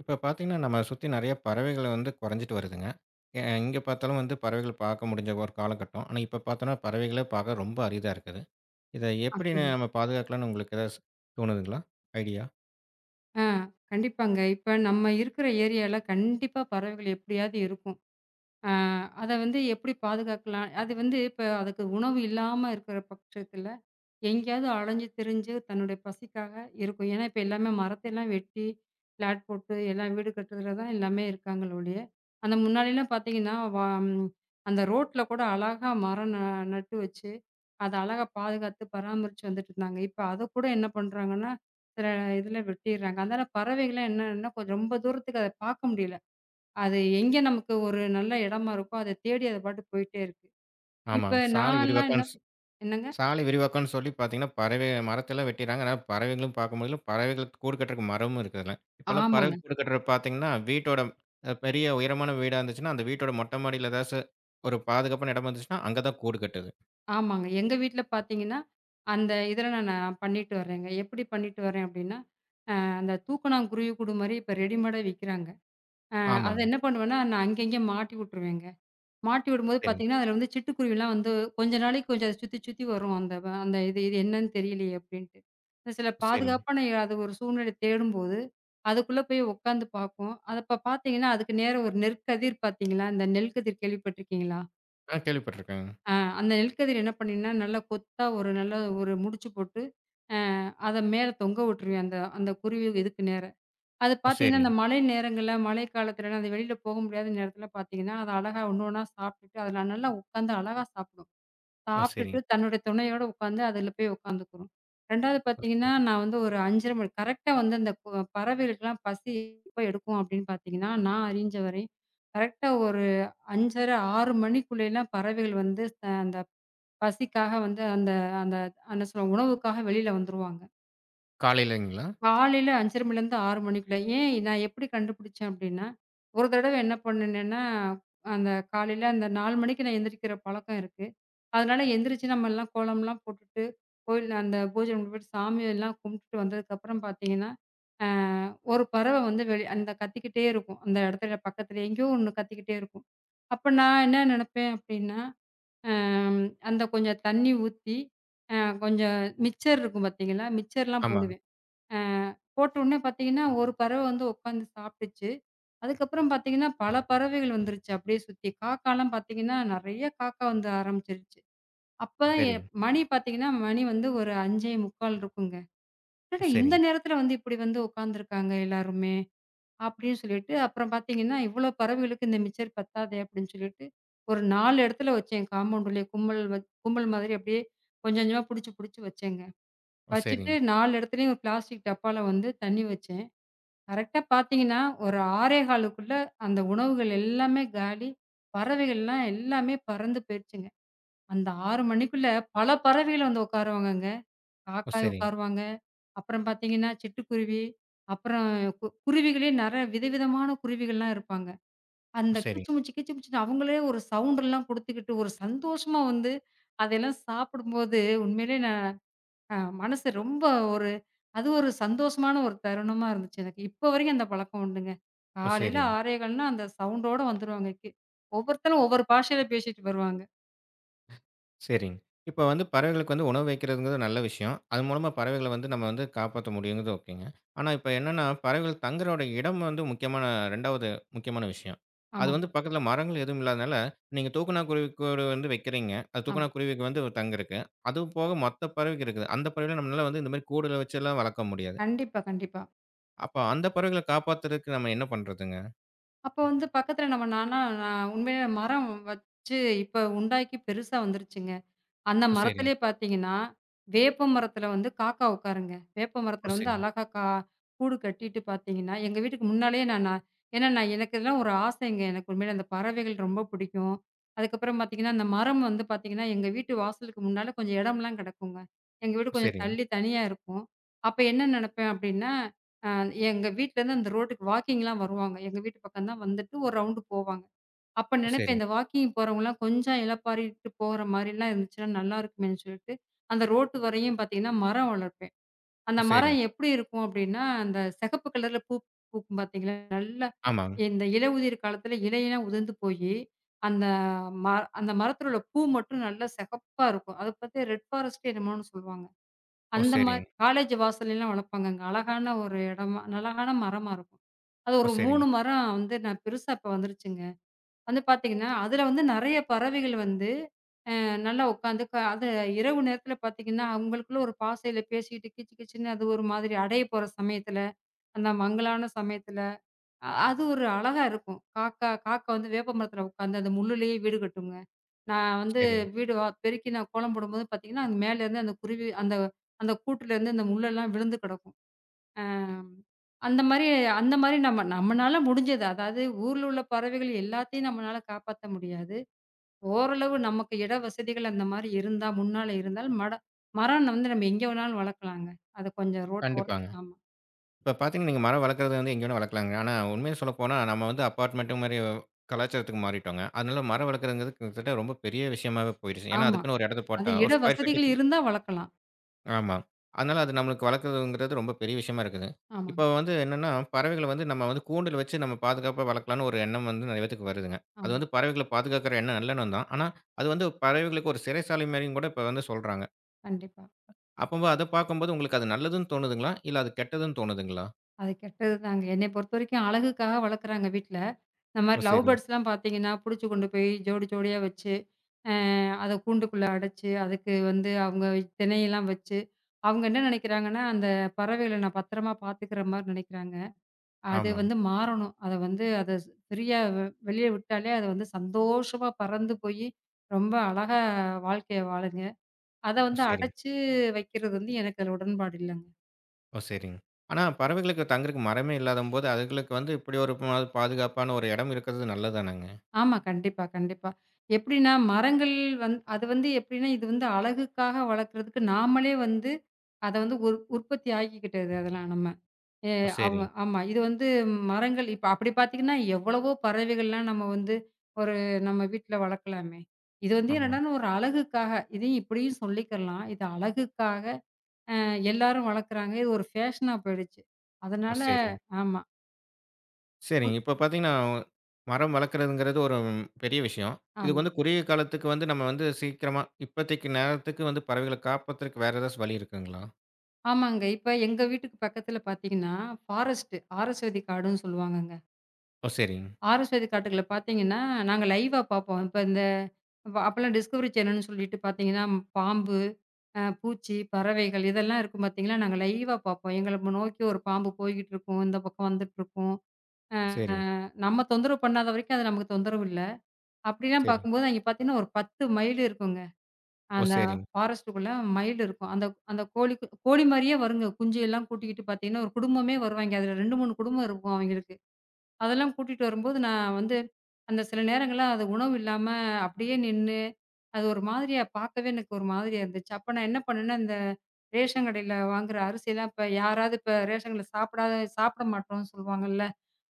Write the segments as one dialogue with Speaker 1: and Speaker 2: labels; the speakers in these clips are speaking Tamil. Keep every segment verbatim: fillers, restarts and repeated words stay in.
Speaker 1: இப்ப பார்த்தீங்கன்னா, நம்ம சுத்தி நெறைய பறவைகள் வந்து கொறைஞ்சிட்டு வருதுங்க. எ எங்க பார்த்தாலும் வந்து பறவைகள் பார்க்க முடிஞ்ச ஒரு காலகட்டம். ஆனா, இப்ப பார்த்தோம்னா பறவைகளே பார்க்க ரொம்ப அரிதா இருக்குது. இத எப்படி
Speaker 2: அப்படிங்களா?
Speaker 1: நம்ம பாதுகாக்கலாம்னு உங்களுக்கு ஏதாவது ஸ் தோணுதுங்களா? ஐடியா?
Speaker 2: ஆ கண்டிப்பாங்க. இப்ப நம்ம இருக்கிற ஏரியால கண்டிப்பா பறவைகள் எப்படியாவது இருக்கும். ஆ அத வந்து எப்படி பாதுகாக்கலாம்? அது வந்து இப்ப அதுக்கு உணவு இல்லாம இருக்கிற பட்சத்துல எங்கேயாவது அலைஞ்சு திரிஞ்சு தன்னுடைய பசிக்காக இருக்கும். ஏன்னா, இப்ப எல்லாமே மரத்தையெல்லாம் வெட்டி, பிளாட் போட்டு எல்லாம் வீடு கட்டுறதுல தான் எல்லாமே இருக்காங்களே ஒழிய, அந்த முன்னாடிலாம் பார்த்தீங்கன்னா, வா ம் அந்த ரோட்ல கூட அழகா மரம் ந நட்டு வச்சு, அத அழகா பாதுகாத்து பராமரிச்சு வந்துட்டுருந்தாங்க. இப்ப அதக்கூட என்ன பண்றாங்கன்னா, சில இதுல வெட்டிர்றாங்க. அதனால பறவைகள்லாம் என்னன்னா, கொஞ்சம் ரொம்ப தூரத்துக்கு அத பார்க்க முடியல. அது எங்கே நமக்கு ஒரு நல்ல இடமா இருக்கோ, அத தேடி அது பாட்டுக்கு போயிட்டே இருக்கு. இப்ப
Speaker 1: ஆமாங்க. சாலை
Speaker 2: நான்லாம் என்ன
Speaker 1: விரிவாக்கம் ஸ்
Speaker 2: என்னங்க?
Speaker 1: சாலை விரிவாக்கம்ன்னு சொல்லி பார்த்தீங்கன்னா, பறவை மரத்தெல்லாம் வெட்டிறாங்க. ஆனா, பறவைகளும் பார்க்க முடியல. பறவைகளுக்கு கூடு கட்டுறதுக்கு மரமும் இருக்குதுல்ல. இப்பல்லாம் பறவை
Speaker 2: ஆமாங்க.
Speaker 1: கூடு கட்டுறது பார்த்தீங்கன்னா, வீட்டோட அ பெரிய உயரமான வீடா இருந்துச்சுன்னா, அந்த வீட்டோட மொட்டை மாடியில ஏதாச்சு ஒரு பாதுகாப்பான இடமா இருந்துச்சுன்னா, அங்க தான் கூடு கட்டுது.
Speaker 2: ஆமாங்க. எங்க வீட்ல பார்த்தீங்கன்னா, அந்த இதில நான் நான் பண்ணிட்டு வரேங்க. எப்படி பண்ணிட்டு வரேன் அப்படின்னா, அந்த தூக்கணாங்குருவி கூடு மாரி இப்ப ரெடிமேடா விக்கிறாங்க. அத
Speaker 1: ஆமாங்க.
Speaker 2: என்ன பண்ணுவேன்னா, நான் அங்க, இங்க மாட்டி விட்டுருவேங்க. மாட்டி விடும்போது
Speaker 1: சரிங்க,
Speaker 2: பார்த்தீங்கன்னா, அதில வந்து சிட்டுக்குருவிலாம் வந்து கொஞ்ச நாளைக்கு கொஞ்சம் அத சுத்தி, சுத்தி வரும். அந்த வ அந்த இது இது என்னன்னு தெரியலையே அப்படின்ட்டு. இந்த சில
Speaker 1: சரிங்க.
Speaker 2: பாதுகாப்பான இ- அது ஒரு சூழ்நிலை தேடும்போது, அதுக்குள்ள போய் உட்காந்து பார்க்கும். அத இப்ப பார்த்தீங்கன்னா, அதுக்கு நேரா ஒரு நெற்கதிர் பார்த்தீங்களா? இந்த நெல்கதிர் கேள்விப்பட்டுருக்கீங்களா?
Speaker 1: ஆ கேள்விப்பட்டுருக்கேங்க.
Speaker 2: ஆ அந்த நெல்கதிர் என்ன பண்ணீன்னா, நல்லா கொத்தா ஒரு நல்ல ஒரு முடிச்சு போட்டு, அ அத மேல தொங்க விட்டுருவேன். அந்த அந்த குருவி இதுக்கு நேர. அது
Speaker 1: ஓ!
Speaker 2: பார்த்தீங்கன்னா, இந்த
Speaker 1: சரிங்க.
Speaker 2: மழை நேரங்கள்ல, மழை காலத்துலலாம் அந்த வெளியில போக முடியாத நேரத்துல பார்த்தீங்கன்னா, அது அழகா ஒண்ணு ஒண்ணா சாப்பிட்டுட்டு, அதுல நல்லா உட்காந்து அழகா சாப்பிடும்.
Speaker 1: ஓ!
Speaker 2: சாப்பிட்டுட்டு
Speaker 1: சரிங்க.
Speaker 2: தன்னுடைய துணையோட உட்காந்து அதுல போய் உட்காந்துக்கும். இரண்டாவது
Speaker 1: ஓ!
Speaker 2: பார்த்தீங்கன்னா,
Speaker 1: சரிங்க.
Speaker 2: நான் வந்து ஒரு ஐந்தரை மணி கரெக்ட்டா வந்து அந்த கொ பறவைகளுக்கெல்லாம் பசி எப்ப எடுக்கும் அப்படின்னு பார்த்தீங்கன்னா, நான் அறிஞ்ச வரை கரெக்ட்டா ஒரு ஐந்து முப்பது, ஆறு மணிக்குள்ளலாம் பறவைகள் வந்து, அ அந்த பசிக்காக வந்து அந்த அந்த என்ன சொல்ல உணவுக்காக வெளியில வந்துருவாங்க.
Speaker 1: காலையிலங்களா?
Speaker 2: காலையில ஐந்தரை மணிலேருந்து ஆறு மணிக்குள்ள. ஏன் நான் எப்படி கண்டுபிடிச்சேன் அப்படின்னா, ஒரு தடவ என்ன பண்ணுனேன்னா, அந்த காலையில அந்த நாலு மணிக்கு நான் எந்திரிக்கிற பழக்கம் இருக்கு. அதனால எந்திரிச்சு நம்ம எல்லாம் கோலம்லாம் போட்டுட்டு, கோயில் அந்த பூஜை ரூம்ல போயிட்டு சாமி எல்லாம் கும்பிட்டுட்டு வந்ததுக்கப்புறம் பார்த்தீங்கன்னா, அ ஒரு பறவை வந்து வெளி அந்த கத்திக்கிட்டே இருக்கும். அந்த இடத்துல பக்கத்துல எங்கேயோ ஒண்ணு கத்திக்கிட்டே இருக்கும். அப்ப நான் என்ன நினைப்பேன் அப்படின்னா, அம் அந்த கொஞ்சம் தண்ணி ஊத்தி, அ கொஞ்சம் மிச்சர் இருக்கும் பார்த்தீங்களா? மிச்சர்லாம்
Speaker 1: ஆமாங்க.
Speaker 2: போடுவேன். அ போட்ட உடனே பார்த்தீங்கன்னா, ஒரு பறவை வந்து உட்காந்து சாப்பிட்டுச்சு. அதுக்கப்புறம் பார்த்தீங்கன்னா, பல பறவைகள் வந்துருச்சு அப்படியே சுத்தி. காக்காலாம் பார்த்தீங்கன்னா, நெறைய காக்கா வந்து ஆரம்பிச்சிருச்சு. அப்ப எ
Speaker 1: சரிங்க.
Speaker 2: மணி பார்த்தீங்கன்னா, மணி வந்து ஒரு ஐந்து நாற்பத்தி ஐந்து இருக்குங்க.
Speaker 1: ஓ!
Speaker 2: "என்னடா இந்த
Speaker 1: சரிங்க.
Speaker 2: நேரத்தில வந்து இப்படி வந்து உட்காந்துருக்காங்க எல்லாருமே" அப்படின்னு சொல்லிட்டு, அப்புறம் பார்த்தீங்கன்னா, "இவ்வளோ பறவைகளுக்கு இந்த மிச்சர் பத்தாதே" அப்படின்னு சொல்லிட்டு, ஒரு நாலு இடத்துல வச்சேன் காம்பவுண்டுலயே. கும்பல் வ கும்பல் மாதிரி அப்படியே கொஞ்சம் கொஞ்சமா புடிச்சு புடிச்சு வச்சேங்க.
Speaker 1: ஓ!
Speaker 2: வச்சுட்டு
Speaker 1: சரிங்க.
Speaker 2: நாலு இடத்துலயும் பிளாஸ்டிக் டப்பால வந்து தண்ணி வச்சேன். கரெக்ட்டா பார்த்தீங்கன்னா, ஒரு 6:15க்குள்ள அந்த உணவுகள் எல்லாமே காலி. பறவைகள்லாம் எல்லாமே பறந்து போயிருச்சுங்க. அந்த ஆறு மணிக்குள்ள பல பறவைகள் வந்து உட்காருவாங்கங்க.
Speaker 1: ஓ!
Speaker 2: காக்காய்
Speaker 1: சரிங்க.
Speaker 2: உட்காருவாங்க. அப்புறம் பார்த்தீங்கன்னா, சிட்டுக்குருவி, அப்புறம் கு குருவிகளே நெறைய விதவிதமான குருவிகள்லாம் இருப்பாங்க.
Speaker 1: ஓ!
Speaker 2: அந்த
Speaker 1: சரிங்க.
Speaker 2: கீச்சுமுச்சு கீச்சுமுச்சுன்னு அவங்களே ஒரு சவுண்டெல்லாம் குடுத்துக்கிட்டு, ஒரு சந்தோஷமா வந்து அதெல்லாம் சாப்பிடும்போது உண்மையிலே அ மனசு ரொம்ப ஒரு அது ஒரு சந்தோஷமான ஒரு தருணமா இருந்துச்சு எனக்கு. இப்போ வரைக்கும் அந்த பழக்கம் உண்டுங்க.
Speaker 1: ஓ!
Speaker 2: காலையில
Speaker 1: சரிங்க.
Speaker 2: 6:15ன்னா அந்த சவுண்டோட வந்துருவாங்க கி ஒவ்வொருத்தரும் ஒவ்வொரு பாஷையில பேசிட்டு வருவாங்க.
Speaker 1: சரிங்க. இப்ப வந்து பறவைகளுக்கு வந்து உணவு வைக்கிறதுங்கிறது நல்ல விஷயம். அது மூலமா பறவைகள வந்து நம்ம வந்து காப்பாத்த முடியுங்கிறது ஓகேங்க. ஆனா இப்ப என்னன்னா, பறவைகள் தங்குற இடம் வந்து முக்கியமான இரண்டாவது முக்கியமான விஷயம். அது
Speaker 2: ஆமாங்க.
Speaker 1: வந்து பக்கத்தில மரங்கள் எதுவும் இல்லாதனால, நீங்க தூக்கணாக்குருவி கூடு வந்து வைக்கிறீங்க. அது
Speaker 2: ஆமா.
Speaker 1: தூக்கணாக்குருவிக்கு வந்து தங்கியிருக்கு. அதுவும் போக மொத்த பறவைக்கு இருக்குது. அந்த பறவைகள நம்மளால வந்து இந்த மாரி கூடுல வச்செல்லாம் வளர்க்க முடியாது.
Speaker 2: கண்டிப்பா, கண்டிப்பா.
Speaker 1: அப்ப அந்த பறவைகள காப்பாத்துறதுக்கு நம்ம என்ன பண்றதுங்க?
Speaker 2: அப்போ வந்து பக்கத்துல நம்ம நானா நான் உண்மையிலே மரம் வச்சு இப்ப உண்டாக்கி பெருசா வந்துருச்சுங்க. அந்த
Speaker 1: ஓ! சரிங்க.
Speaker 2: மரத்திலேயே பார்த்தீங்கன்னா, வேப்ப மரத்தில வந்து காக்கா உட்காருங்க. வேப்ப
Speaker 1: ஓ!
Speaker 2: மரத்தில வந்து
Speaker 1: சரிங்க.
Speaker 2: அழகா கா கூடு கட்டிட்டு பார்த்தீங்கன்னா, எங்க வீட்டுக்கு முன்னாலேயே நான் நான் ஏன்னா நான் எனக்கு இதெல்லாம் ஒரு ஆசைங்க. எனக்கு உண்மையில அந்த பறவைகள் ரொம்ப பிடிக்கும். அதுக்கப்புறம் பார்த்தீங்கன்னா, அந்த மரம் வந்து பார்த்தீங்கன்னா, எங்க வீட்டு வாசலுக்கு முன்னால கொஞ்சம் இடம்லாம் கிடக்குங்க. எங்க வீடு
Speaker 1: ஓ!
Speaker 2: கொஞ்சம்
Speaker 1: சரிங்க.
Speaker 2: தள்ளி தனியா இருக்கும். அப்ப என்ன நினைப்பேன் அப்டின்னா, அ எங்க வீட்லேருந்து அந்த ரோட்டுக்கு வாக்கிங்லாம் வருவாங்க. எங்க வீட்டு பக்கம் தான் வந்துட்டு ஒரு ரவுண்டு போவாங்க. அப்ப
Speaker 1: ஓ!
Speaker 2: நினைப்பேன்,
Speaker 1: சரிங்க.
Speaker 2: இந்த வாக்கிங் போறவங்கலாம் கொஞ்சம் இளைப்பாறிட்டு போற மாரிலாம் இருந்துச்சுன்னா நல்லா இருக்குமேன்னு சொல்லிட்டு, அந்த ரோட்டு வரையும் பார்த்தீங்கன்னா, மரம் வளர்ப்பேன். அந்த
Speaker 1: ஓ!
Speaker 2: மரம்
Speaker 1: சரிங்க.
Speaker 2: எப்படி இருக்கும் அப்படின்னா, அந்த சிகப்பு கலர்ல பூ பூக்கும் பார்த்தீங்களா? நல்லா
Speaker 1: ஆமாங்க.
Speaker 2: இந்த இலையுதிர் காலத்தில இலையெல்லாம் உதிர்ந்து போயி, அந்த ம அந்த மரத்தில உள்ள பூ மட்டும் நல்லா சிகப்பா இருக்கும். அத பார்த்து ரெட் ஃபாரஸ்ட்டே என்னமோன்னு சொல்லுவாங்க.
Speaker 1: ஓ!
Speaker 2: அந்த மாரி
Speaker 1: சரிங்க.
Speaker 2: காலேஜ் வாசல்லலாம் வளர்ப்பாங்கங்க. அழகான ஒரு இடமா அழகான மரமா இருக்கும். அது
Speaker 1: ஓ!
Speaker 2: ஒரு
Speaker 1: சரிங்க.
Speaker 2: மூன்று மரம் வந்து நான் பெருசா இப்ப வந்துருச்சுங்க. வந்து பார்த்தீங்கன்னா, அதுல வந்து நெறைய பறவைகள் வந்து அ நல்லா உட்காந்து க அது இரவு நேரத்தில பார்த்தீங்கன்னா, அவங்களுக்குள்ள ஒரு பாசையில பேசிக்கிட்டு கீச்சு கீச்சுன்னு அது ஒரு மாதிரி அடைய போற சமயத்தில, அந்த மங்கலான சமயத்தில, அ அது ஒரு அழகா இருக்கும். காக்கா காக்கா வந்து வேப்ப மரத்தில உட்காந்து அந்த முள்ளுலயே வீடு கட்டுங்க. நான் வந்து
Speaker 1: சரிங்க.
Speaker 2: வீடு வா பெருக்கி நான் கோலம் போடும்போது பார்த்தீங்கன்னா, அது மேலேருந்து அந்த குருவி அந்த அந்த கூட்டுலேருந்து அந்த முள்ளெல்லாம் விழுந்து கிடக்கும். அ அந்த மாரி அந்த மாரி நம்ம நம்மனால முடிஞ்சது. அதாவது ஊர்ல உள்ள பறவைகள் எல்லாத்தையும் நம்மனால காப்பாத்த முடியாது. ஓரளவு நமக்கு இட வசதிகள் அந்த மாரி இருந்தா, முன்னால இருந்தால் மட மரம் வந்து நம்ம எங்க வேணாலும் வளர்க்கலாங்க. அது கொஞ்சம் ரோட்டு ஓரத்
Speaker 1: கண்டிப்பாங்க.
Speaker 2: ஆமா,
Speaker 1: இப்ப பார்த்தீங்கன்னா, நீங்க மரம் வளர்க்குறது வந்து எங்க வேணா வளர்க்கலாங்க. ஆனா உண்மைய சொல்லப்போனா, நம்ம வந்து அபார்ட்மெண்ட் மாரி கலாச்சாரத்துக்கு மாறிட்டோங்க. அதனால மரம் வளர்க்குறதுங்கிறது கிட்டத்தட்ட ரொம்ப பெரிய விஷயமாவே போயிடுச்சு. ஏன்னா,
Speaker 2: ஆமா.
Speaker 1: அதுக்குன்னு ஒரு இடத்த
Speaker 2: அது
Speaker 1: போட்டா ஒரு
Speaker 2: இட
Speaker 1: ஸ்கொயர்
Speaker 2: வசதிகள்
Speaker 1: ஃபீட்டுக்கு
Speaker 2: இருந்தா வளர்க்கலாம்.
Speaker 1: ஆமா. அதனால அது நம்மளுக்கு வளர்க்குறதுங்கிறது ரொம்ப பெரிய விஷயமா இருக்குது.
Speaker 2: ஆமாங்க,
Speaker 1: இப்போ வந்து என்னன்னா, பறவைகள வந்து நம்ம வந்து கூண்டில் வச்சு நம்ம பாதுகாப்பா வளர்க்கலாம்னு ஒரு எண்ணம் வந்து நெறைய பேத்துக்கு வருதுங்க. அது
Speaker 2: ஆமா.
Speaker 1: வந்து பறவைகள பாதுகாக்கிற எண்ணம் நல்ல எண்ணம் தான். ஆனா, அது வந்து பறவைகளுக்கு ஒரு சிறைசாலை மாரின்னு கூட இப்ப வந்து சொல்றாங்க.
Speaker 2: கண்டிப்பா.
Speaker 1: அப்பம்போது அத பார்க்கும்போது உங்களுக்கு அது நல்லதுன்னு தோணுதுங்களா? இல்ல அது கெட்டதுன்னு தோணுதுங்களா?
Speaker 2: அது கெட்டது தாங்க. என்னைய பொறுத்தவரைக்கும் அழகுக்காக வளர்க்குறாங்க வீட்ல. இந்த
Speaker 1: ஓ!
Speaker 2: மாரி லவ்
Speaker 1: சரிங்க.
Speaker 2: பேர்ட்ஸ்லாம் எல்லாம் பார்த்தீங்கன்னா, புடிச்சு கொண்டு போய் ஜோடி ஜோடியா வச்சு, அ அத கூண்டுக்குள்ள அடைச்சு, அதுக்கு வந்து அவங்க திணையெல்லாம் வச்சு, அவங்க என்ன நெனைக்கிறாங்கன்னா, அந்த பறவைகள நான் பத்திரமா பார்த்துக்கிற மாரி நெனைக்கிறாங்க. அது
Speaker 1: ஆமா.
Speaker 2: வந்து மாறணும். அத வந்து அத ஸ் ஃப்ரீயா வெ வெளிய விட்டாலே அது வந்து சந்தோஷமா பறந்து போயி, ரொம்ப அழகா வாழ்க்கைய வாழுங்க. அத
Speaker 1: ஓ!
Speaker 2: வந்து
Speaker 1: சரிங்க.
Speaker 2: அடைச்சு வைக்கிறது வந்து எனக்கு அதுல உடன்பாடு இல்லங்க.
Speaker 1: ஓ! சரிங்க. ஆனா பறவைகளுக்கு தங்குறதுக்கு மரமே இல்லாதம்போது, அதுங்களுக்கு வந்து இப்படி ஒரு ப பாதுகாப்பான ஒரு இடம் இருக்கிறது நல்லது தானங்க.
Speaker 2: ஆமா. கண்டிப்பா, கண்டிப்பா. எப்படின்னா மரங்கள் வந் அது வந்து எப்படின்னா இது வந்து அழகுக்காக வளர்க்கறதுக்கு நாமளே வந்து அத வந்து உற் உற்பத்தி ஆக்கிக்கிட்டது அதெல்லாம் நம்ம. எ
Speaker 1: ஓ!
Speaker 2: ஆமா,
Speaker 1: சரிங்க.
Speaker 2: ஆமா. இது வந்து மரங்கள் இப்ப அப்படி பார்த்தீங்கன்னா, எவ்வளவோ பறவைகள்லாம் நம்ம வந்து ஒரு நம்ம வீட்ல வளர்க்கலாமே. இது வந்து
Speaker 1: ஆமா.
Speaker 2: என்னடான்னா ஒரு அழகுக்காக, இதையும் இப்படியும் சொல்லிக்கலாம். இது அழகுக்காக அ எல்லாரும் வளர்க்குறாங்க. இது ஒரு ஃபேஷனா போயிடுச்சு.
Speaker 1: ஓ!
Speaker 2: அதனால
Speaker 1: சரிங்க.
Speaker 2: ஆமா,
Speaker 1: சரிங்க. இப்ப பார்த்தீங்கன்னா, மரம் வளர்க்குறதுங்கிறது ஒரு பெரிய விஷயம். இதுக்கு
Speaker 2: ஆமா.
Speaker 1: வந்து குறுகிய காலத்துக்கு வந்து நம்ம வந்து சீக்கிரமா இப்போதைக்கு நேரத்துக்கு வந்து பறவைகள காப்பதற்கு வேற ஏதாச்சும் வழி இருக்குங்களா?
Speaker 2: ஆமாங்க. இப்ப எங்க வீட்டுக்கு பக்கத்துல பார்த்தீங்கன்னா, ஃபாரஸ்ட்டு, ஆரஸ்வதி காடுன்னு சொல்லுவாங்கங்க.
Speaker 1: ஓ! சரிங்க,
Speaker 2: ஆரஸ்வதி காட்டுக்குள்ள பார்த்தீங்கன்னா, நாங்க லைவா பார்ப்போம். இப்ப இந்த வ அப்பலாம் டிஸ்கவரி சேனல்ன்னு சொல்லிட்டு பார்த்தீங்கன்னா, பாம்பு, அ பூச்சி, பறவைகள் இதெல்லாம் இருக்கும் பார்த்தீங்களா, நாங்க லைவா பார்ப்போம். எங்கள ம நோக்கி ஒரு பாம்பு போய்க்கிட்டு இருக்கும். இந்த பக்கம் வந்துட்டுருக்கும். அ
Speaker 1: சரிங்க,
Speaker 2: நம்ம தொந்தரவு பண்ணாத வரைக்கும் அது நமக்கு தொந்தரவு இல்ல. அப்படிலாம்
Speaker 1: சரிங்க.
Speaker 2: பார்க்கும்போது அங்க பார்த்தீங்கன்னா, ஒரு பத்து மயில் இருக்குங்க.
Speaker 1: ஓ!
Speaker 2: அந்த
Speaker 1: சரிங்க.
Speaker 2: ஃபாரஸ்ட்டுக்குள்ள மயில் இருக்கும். அந்த அந்த கோழி கு- கோழி மாரியே வருங்க. குஞ்சு எல்லாம் கூட்டிக்கிட்டு பார்த்தீங்கன்னா, ஒரு குடும்பமே வருவாய்ங்க. அதுல இரண்டு, மூன்று குடும்பம் இருக்கும் அவைங்களுக்கு. அதெல்லாம் கூட்டிட்டு வரும்போது, நான் வந்து அந்த சில நேரங்கள்ல அது உணவு இல்லாம அப்படியே நின்னு, அது ஒரு மாதிரியா பார்க்கவே எனக்கு ஒரு மாதிரியா இருந்துச்சு. அப்ப நான் என்ன பண்ணேன்னா, இந்த ரேஷன் கடையில வாங்குற அரிசிலாம் இப்ப யாராவது இப்ப ரேஷன் கடையில சாப்பிடாத சாப்பிட மாட்டோம்ன்னு சொல்லுவாங்கல்ல.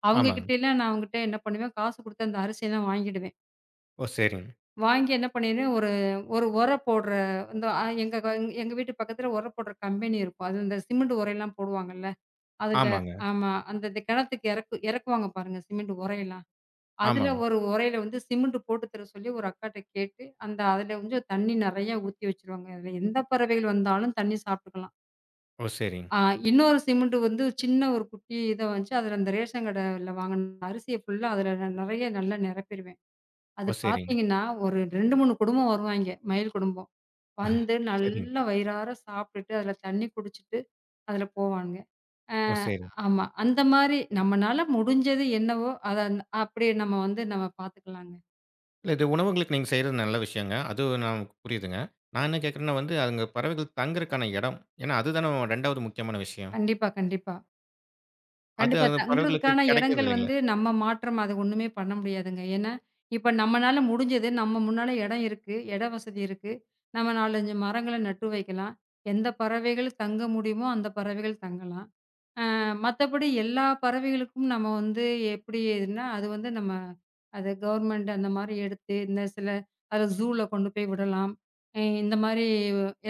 Speaker 2: அவங்க
Speaker 1: ஆமாங்க.
Speaker 2: கிட்டலாம் நான் அவங்ககிட்ட என்ன பண்ணுவேன், காசு குடுத்து அந்த அரிசியெல்லாம் வாங்கிடுவேன்.
Speaker 1: ஓ! சரிங்க.
Speaker 2: வாங்கி என்ன பண்ணிருவேன், ஒரு ஒரு உர போடுற இந்த அ எங்க க எங்க எங்க வீட்டு பக்கத்துல உர போடுற கம்பெனி இருக்கும். அது இந்த சிமெண்ட் உரையெல்லாம் போடுவாங்கல்ல. அதுல
Speaker 1: ஆமாங்க,
Speaker 2: ஆமா. அந்த இது கிணத்துக்கு இறக்கு இறக்குவாங்க பாருங்க, சிமெண்ட் உரையெல்லாம். அதுல
Speaker 1: ஆமாங்க.
Speaker 2: ஒரு உறையில வந்து சிமெண்ட் போட்டு தர சொல்லி ஒரு அக்காட்ட கேட்டு, அந்த அதுல கொஞ்சம் தண்ணி நெறையா ஊத்தி வச்சுருவாங்க. அதுல எந்த பறவைகள் வந்தாலும் தண்ணி சாப்ட்டுக்கலாம்.
Speaker 1: ஓ! சரிங்க,
Speaker 2: ஆ இன்னொரு சிமெண்ட் வந்து சின்ன ஒரு குட்டி இத வச்சு அதுல அந்த ரேஷன் கடைல வாங்குன அரிசிய ஃபுல்லா அதுல ந நெறைய நல்லா நிரப்பிருவேன். அது
Speaker 1: ஓ! சரிங்க,
Speaker 2: பாத்தீங்கன்னா, ஒரு ரெண்டு, மூன்று குடும்பம் வருவாய்ங்க, மயில் குடும்பம். வந்து
Speaker 1: சரிங்க.
Speaker 2: நல்லா வயிறார சாப்ட்டுட்டு, அதுல தண்ணி குடிச்சிட்டு, அதுல போவானுங்க. ஆ
Speaker 1: ஓ! சரிங்க.
Speaker 2: ஆமா. அந்த மாரி நம்மனால முடிஞ்சது என்னவோ, அத அந் அப்படியே நம்ம வந்து நம்ம பாத்துக்கலாங்க.
Speaker 1: இல்ல இது உணவுகளுக்கு நீங்க செய்றது நல்ல விஷயங்க. அது நான் புரியுதுங்க. நான் என்ன கேட்கிறேன்னா வந்து அங்க பறவைகள் தங்குறக்கான இடம். ஏன்னா, அதுதானே இரண்டாவது முக்கியமான விஷயம்.
Speaker 2: கண்டிப்பா, கண்டிப்பா.
Speaker 1: அது
Speaker 2: கண்டிப்பா.
Speaker 1: அந்த பறவைகளுக்கு
Speaker 2: தங்குறதுக்கான
Speaker 1: கிடைக்கிறது
Speaker 2: இடங்கள் வந்து
Speaker 1: இல்லைங்களே!
Speaker 2: நம்ம மாற்றம் அது ஒண்ணுமே பண்ண முடியாதுங்க. ஏன்னா, இப்ப நம்மனால முடிஞ்சது நம்ம முன்னால இடம் இருக்கு. இட வசதி இருக்கு. நம்ம நாலு, ஐந்து மரங்கள நட்டு வைக்கலாம். எந்த பறவைகள் தங்க முடியுமோ, அந்த பறவைகள் தங்கலாம். மத்தபடி எல்லா பறவைகளுக்கும் நம்ம வந்து எப்படி இதுன்னா, அது வந்து நம்ம அது கவர்மெண்ட் அந்த மாரி எடுத்து, இந்த சில அத ஜூல கொண்டு போய் விடலாம். அ இந்த மாரி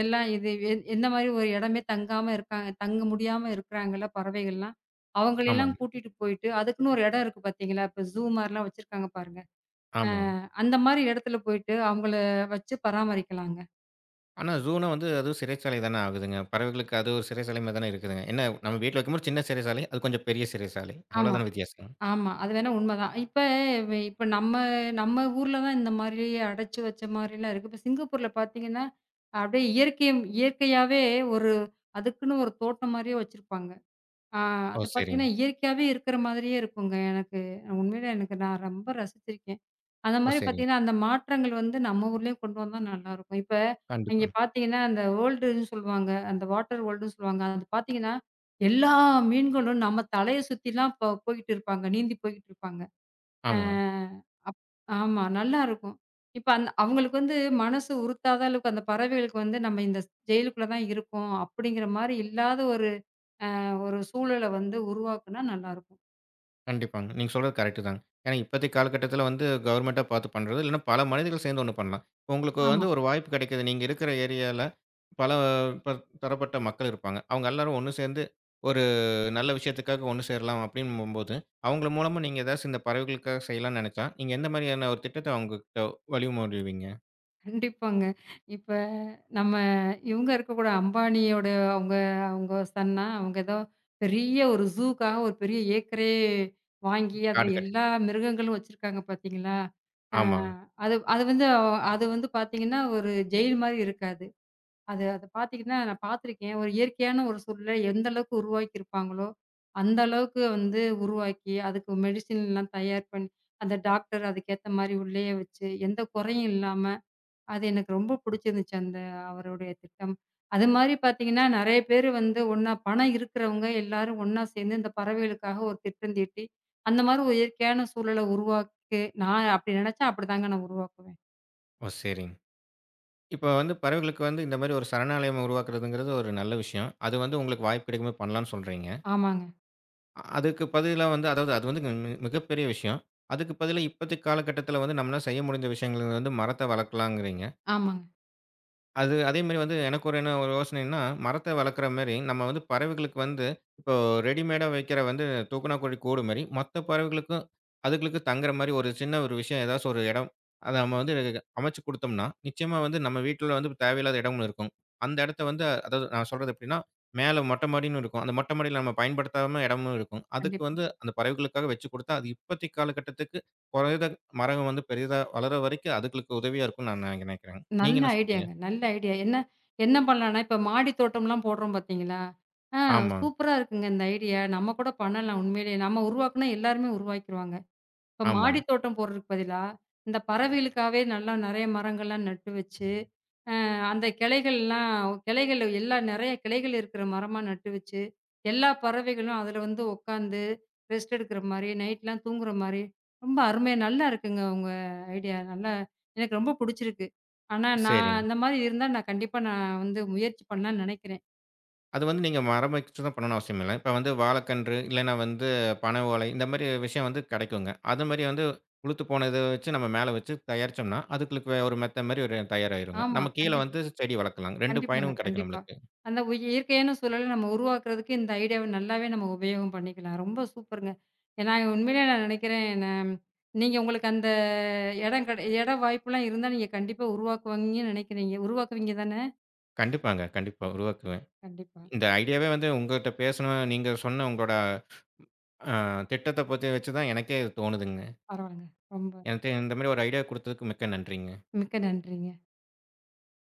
Speaker 2: எல்லாம் இது எ எந்த மாரி ஒரு இடமே தங்காம இருக்காங்க தங்க முடியாம இருக்கிறாங்கல்ல பறவைகள்லாம். அவங்களெல்லாம்
Speaker 1: ஆமாங்க,
Speaker 2: கூட்டிட்டு போயிட்டு, அதுக்குன்னு ஒரு இடம் இருக்கு பார்த்தீங்களா? இப்ப ஜூ மாரிலாம் வச்சிருக்காங்க பாருங்க.
Speaker 1: ஆமாங்க.
Speaker 2: அந்த மாரி இடத்துல போயிட்டு அவங்கள வச்சு பராமரிக்கலாங்க.
Speaker 1: ஆனா, ஜூனா வந்து அதுவும் சிறைச்சாலை தானே ஆகுதுங்க. பறவைகளுக்கு அது ஒரு சிறைச்சாலை மாரி தானே இருக்குதுங்க. என்ன நம்ம வீட்ல வைக்கும்போது சின்ன சிறைச்சாலை, அது கொஞ்சம் பெரிய சிறைச்சாலை.
Speaker 2: ஆமா.
Speaker 1: அவ்வளோதான வித்தியாசம்.
Speaker 2: ஆமா. அது வேணா உண்மதான். இப்ப வ இப்ப நம்ம நம்ம ஊர்ல தான் இந்த மாதிரி அடைச்சு வச்ச மாரிலாம் இருக்கு. இப்ப சிங்கப்பூர்ல பார்த்தீங்கன்னா, அப்படியே இயற்கை இயற்கையாவே ஒரு அதுக்குன்னு ஒரு தோட்டம் மாரியே வச்சிருப்பாங்க. ஆ
Speaker 1: ஓ!
Speaker 2: அது
Speaker 1: சரிங்க.
Speaker 2: பார்த்தீங்கன்னா, இயற்கையாவே இருக்கிற மாதிரியே இருக்குங்க எனக்கு. உண்மையிலே எனக்கு நான் ரொம்ப ரசிச்சிருக்கேன். அந்த
Speaker 1: ஓ!
Speaker 2: மாரி
Speaker 1: சரிங்க.
Speaker 2: பார்த்தீங்கன்னா, அந்த மாற்றங்கள் வந்து நம்ம ஊர்லயும் கொண்டு வந்தா நல்லாருக்கும். இப்ப அங்கே
Speaker 1: கண்டிப்பா.
Speaker 2: பார்த்தீங்கன்னா, அந்த வேர்ல்டுன்னு சொல்லுவாங்க. அந்த வாட்டர் வேர்ல்டுன்னு சொல்லுவாங்க. அது பார்த்தீங்கன்னா, எல்லா மீன்களும் நம்ம தலைய சுத்திலாம் போ போய்கிட்டு இருப்பாங்க. நீந்தி போய்கிட்டு இருப்பாங்க. அ
Speaker 1: ஆமா.
Speaker 2: ஆமா, நல்லாருக்கும். இப்ப அந் அவங்களுக்கு வந்து மனசு உறுத்தாத அளவுக்கு அந்த பறவைகளுக்கு வந்து நம்ம இந்த ஜெயிலுக்குள்ள தான் இருக்கோம். அப்படிங்கிற மாரி இல்லாத ஒரு ஒரு சூழல வந்து உருவாக்குனா நல்லாருக்கும்.
Speaker 1: கண்டிப்பாங்க. நீங்க சொல்றது கரெக்ட்டு தாங்க. ஏன்னா இப்போதைய காலகட்டத்தில வந்து கவர்மெண்ட்டா பார்த்து பண்றது, இல்லன்னா பல மனிதர்கள் சேர்ந்து ஒண்ணு பண்ணலாம். இப்ப உங்களுக்கு
Speaker 2: ஆமா.
Speaker 1: வந்து ஒரு வாய்ப்பு கிடைக்குது. நீங்க இருக்கிற ஏரியால பல ப தரப்பட்ட மக்கள் இருப்பாங்க. அவங்க எல்லாரும் ஒண்ணு சேர்ந்து ஒரு நல்ல விஷயத்துக்காக ஒண்ணு சேரலாம் அப்படிங்கும்போது, அவங்கள மூலமா நீங்க ஏதாச்சும் இந்த பறவைகளுக்காக செய்யலாம்னு நெனைச்சா, நீங்க எந்த மாதிரியான ஒரு திட்டத்த அவங்ககிட்ட வழிமொழிவீங்க?
Speaker 2: கண்டிப்பாங்க. இப்ப நம்ம இவங்க இருக்கக்கூட அம்பானியோட அவங்க அவங்க சன்னா, அவங்க ஏதோ பெரிய ஒரு ஜூக்காக ஒரு பெரிய ஏக்கரே வாங்கி, அதுல
Speaker 1: காடு கட்டி
Speaker 2: எல்லா மிருகங்களும் வச்சிருக்காங்க பார்த்தீங்களா? அ
Speaker 1: ஆமா.
Speaker 2: அது அது வந்து அவ- அது வந்து பார்த்தீங்கன்னா, ஒரு ஜெயில் மாரி இருக்காது. அது அத பார்த்தீங்கன்னா, நான் பார்த்துருக்கேன். ஒரு இயற்கையான ஒரு சூழல எந்த அளவுக்கு உருவாக்கியிருப்பாங்களோ, அந்த அளவுக்கு வந்து உருவாக்கி, அதுக்கு மெடிசின்லாம் தயார் பண்ணி, அந்த டாக்டர் அதுக்கேத்த மாரி உள்ளேயே வச்சு, எந்த குறையும் இல்லாம அது எனக்கு ரொம்ப புடிச்சிருந்துச்சு அந்த அவருடைய திட்டம். அது மாரி பார்த்தீங்கன்னா, நெறைய பேரு வந்து ஒண்ணா பணம் இருக்கிறவங்க எல்லாரும் ஒண்ணா சேர்ந்து இந்த பறவைகளுக்காக ஒரு திட்டம் தீட்டி, அந்த மாரி ஒரு இயற்கையான சூழல உருவாக்கு நான் அப்படி நெனச்சா அப்படிதாங்க நான் உருவாக்குவேன்.
Speaker 1: ஓ! சரிங்க. இப்போ வந்து பறவைகளுக்கு வந்து இந்த மாரி ஒரு சரணாலயம் உருவாக்குறதுங்கிறது ஒரு நல்ல விஷயம். அது வந்து உங்களுக்கு வாய்ப்பு கிடைக்கும்போது பண்ணலாம்னு சொல்றீங்க.
Speaker 2: ஆமாங்க,
Speaker 1: அ அதுக்கு பதிலா வந்து அதாவது அது வந்து மி மிகப்பெரிய விஷயம். அதுக்கு பதிலா இப்போதைய காலகட்டத்தில வந்து நம்மளால செய்ய முடிந்த விஷயங்கள் வந்து மரத்த வளர்க்கலாங்கிறீங்க.
Speaker 2: ஆமாங்க.
Speaker 1: அது அதேமாரி வந்து எனக்கு ஒரு என்ன ஒரு யோசனைன்னா, மரத்த வளர்க்குற மாரி, நம்ம வந்து பறவைகளுக்கு வந்து இப்போ ரெடிமேடா வைக்கிற வந்து தூக்கனாக்குருவி கூடு மாரி, மத்த பறவைகளுக்கும் அதுகளுக்கு தங்குற மாரி ஒரு சின்ன ஒரு விஷயம் ஏதாச்சும் ஒரு இடம், அத நம்ம வந்து அமைச்சு குடுத்தோம்னா, நிச்சயமா வந்து நம்ம வீட்ல வந்து தேவையில்லாத இடம் ஒண்ணு இருக்கும். அந்த இடத்த வந்து அதாவது நான் சொல்றது எப்படின்னா, மேல மொட்டை மாடின்னு இருக்கும். அந்த மொட்டை மாடியில நம்ம பயன்படுத்தாம இடமும் இருக்கும். அதுக்கு
Speaker 2: கண்டிப்பா.
Speaker 1: வந்து அந்த பறவைகளுக்காக வச்சு குடுத்தா, அது இப்போதைக்கு காலகட்டத்துக்கு குறைந்த மரம் வந்து பெரிதா வளர வரைக்கும் அதுகளுக்கு உதவியா இருக்கும்னு நான் நினைக்கிறேன். நீங்க
Speaker 2: நல்ல
Speaker 1: என்ன சொல்றீங்க?
Speaker 2: ஐடியாங்க. நல்ல ஐடியா. என்ன என்ன பண்ணலான்னா, இப்ப மாடி தோட்டம்லாம் போடுறோம் பார்த்தீங்களா? ஆ
Speaker 1: ஆமா,
Speaker 2: சூப்பரா இருக்குங்க இந்த ஐடியா. நம்ம கூட பண்ணலாம் உண்மையிலேயே. நம்ம உருவாக்குனா எல்லாருமே உருவாக்கிருவாங்க. இப்ப
Speaker 1: ஆமா.
Speaker 2: மாடி தோட்டம் போடுறதுக்கு பதிலா, இந்த பறவைகளுக்காகவே நல்லா நெறைய மரங்கள்லாம் நட்டு வச்சு, அ அந்த கிளைகள்லாம் கிளைகள் எல்லா நெறைய கிளைகள் இருக்கிற மரமா நட்டு வச்சு, எல்லா பறவைகளும் அதுல வந்து உட்காந்து ரெஸ்ட் எடுக்கிற மாரி, நைட்லாம் தூங்குற மாரி, ரொம்ப அருமையா நல்லா இருக்குங்க உங்க ஐடியா. நல்லா எனக்கு ரொம்ப புடிச்சிருக்கு. ஆனா, நான்
Speaker 1: சரிங்க.
Speaker 2: அந்த மாரி இருந்தா நான் கண்டிப்பா நான் வந்து முயற்சி பண்ணலான்னு நெனைக்கிறேன்.
Speaker 1: அது வந்து நீங்க மரம் வச்சு தான் பண்ணணும்னு அவசியம் இல்ல. இப்ப வந்து வாழைக்கன்று, இல்லன்னா வந்து பனை ஓலை இந்த மாரி விஷயம் வந்து கிடைக்குங்க. அது மாரி வந்து உளுத்து போனத வச்சு நம்ம மேல வச்சு தயாரிச்சோம்னா, அதுகளுக்கு வே ஒரு மெத்த மாரி ஒரு தயாராயிருங்க.
Speaker 2: ஆமா,
Speaker 1: நம்ம கீழ
Speaker 2: கண்டிப்பா.
Speaker 1: வந்து செடி வளர்க்கலாம். ரெண்டு
Speaker 2: கண்டிப்பாங்க,
Speaker 1: பயனும் கிடைக்கும்
Speaker 2: கண்டிப்பா.
Speaker 1: நம்மளுக்கு.
Speaker 2: அந்த உ இயற்கையான சூழல நம்ம உருவாக்குறதுக்கு இந்த ஐடியாவ நல்லாவே நம்ம உபயோகம் பண்ணிக்கலாம். ரொம்ப சூப்பருங்க. ஏன்னா உண்மையிலே நான் நினைக்கிறேன், நான் நீங்க உங்களுக்கு அந்த இடம் கெட இட வாய்ப்புலாம் இருந்தா நீங்க கண்டிப்பா உருவாக்குவீங்கன்னு நினைக்கிறீங்க. உருவாக்குவீங்க தானே?
Speaker 1: கண்டிப்பாங்க. கண்டிப்பா உருவாக்குவேன்.
Speaker 2: கண்டிப்பா.
Speaker 1: இந்த ஐடியாவே வந்து உங்கட்ட பேசணும் நீங்க சொன்ன உங்களோட அ திட்டத்த பத்தி வச்சு தான் எனக்கே இது தோணுதுங்க.
Speaker 2: பரவால்லங்க. ரொம்ப
Speaker 1: எனக்கு இந்த மாரி ஒரு ஐடியா குடுத்ததுக்கு மிக்க நன்றிங்க.
Speaker 2: மிக்க நன்றிங்க.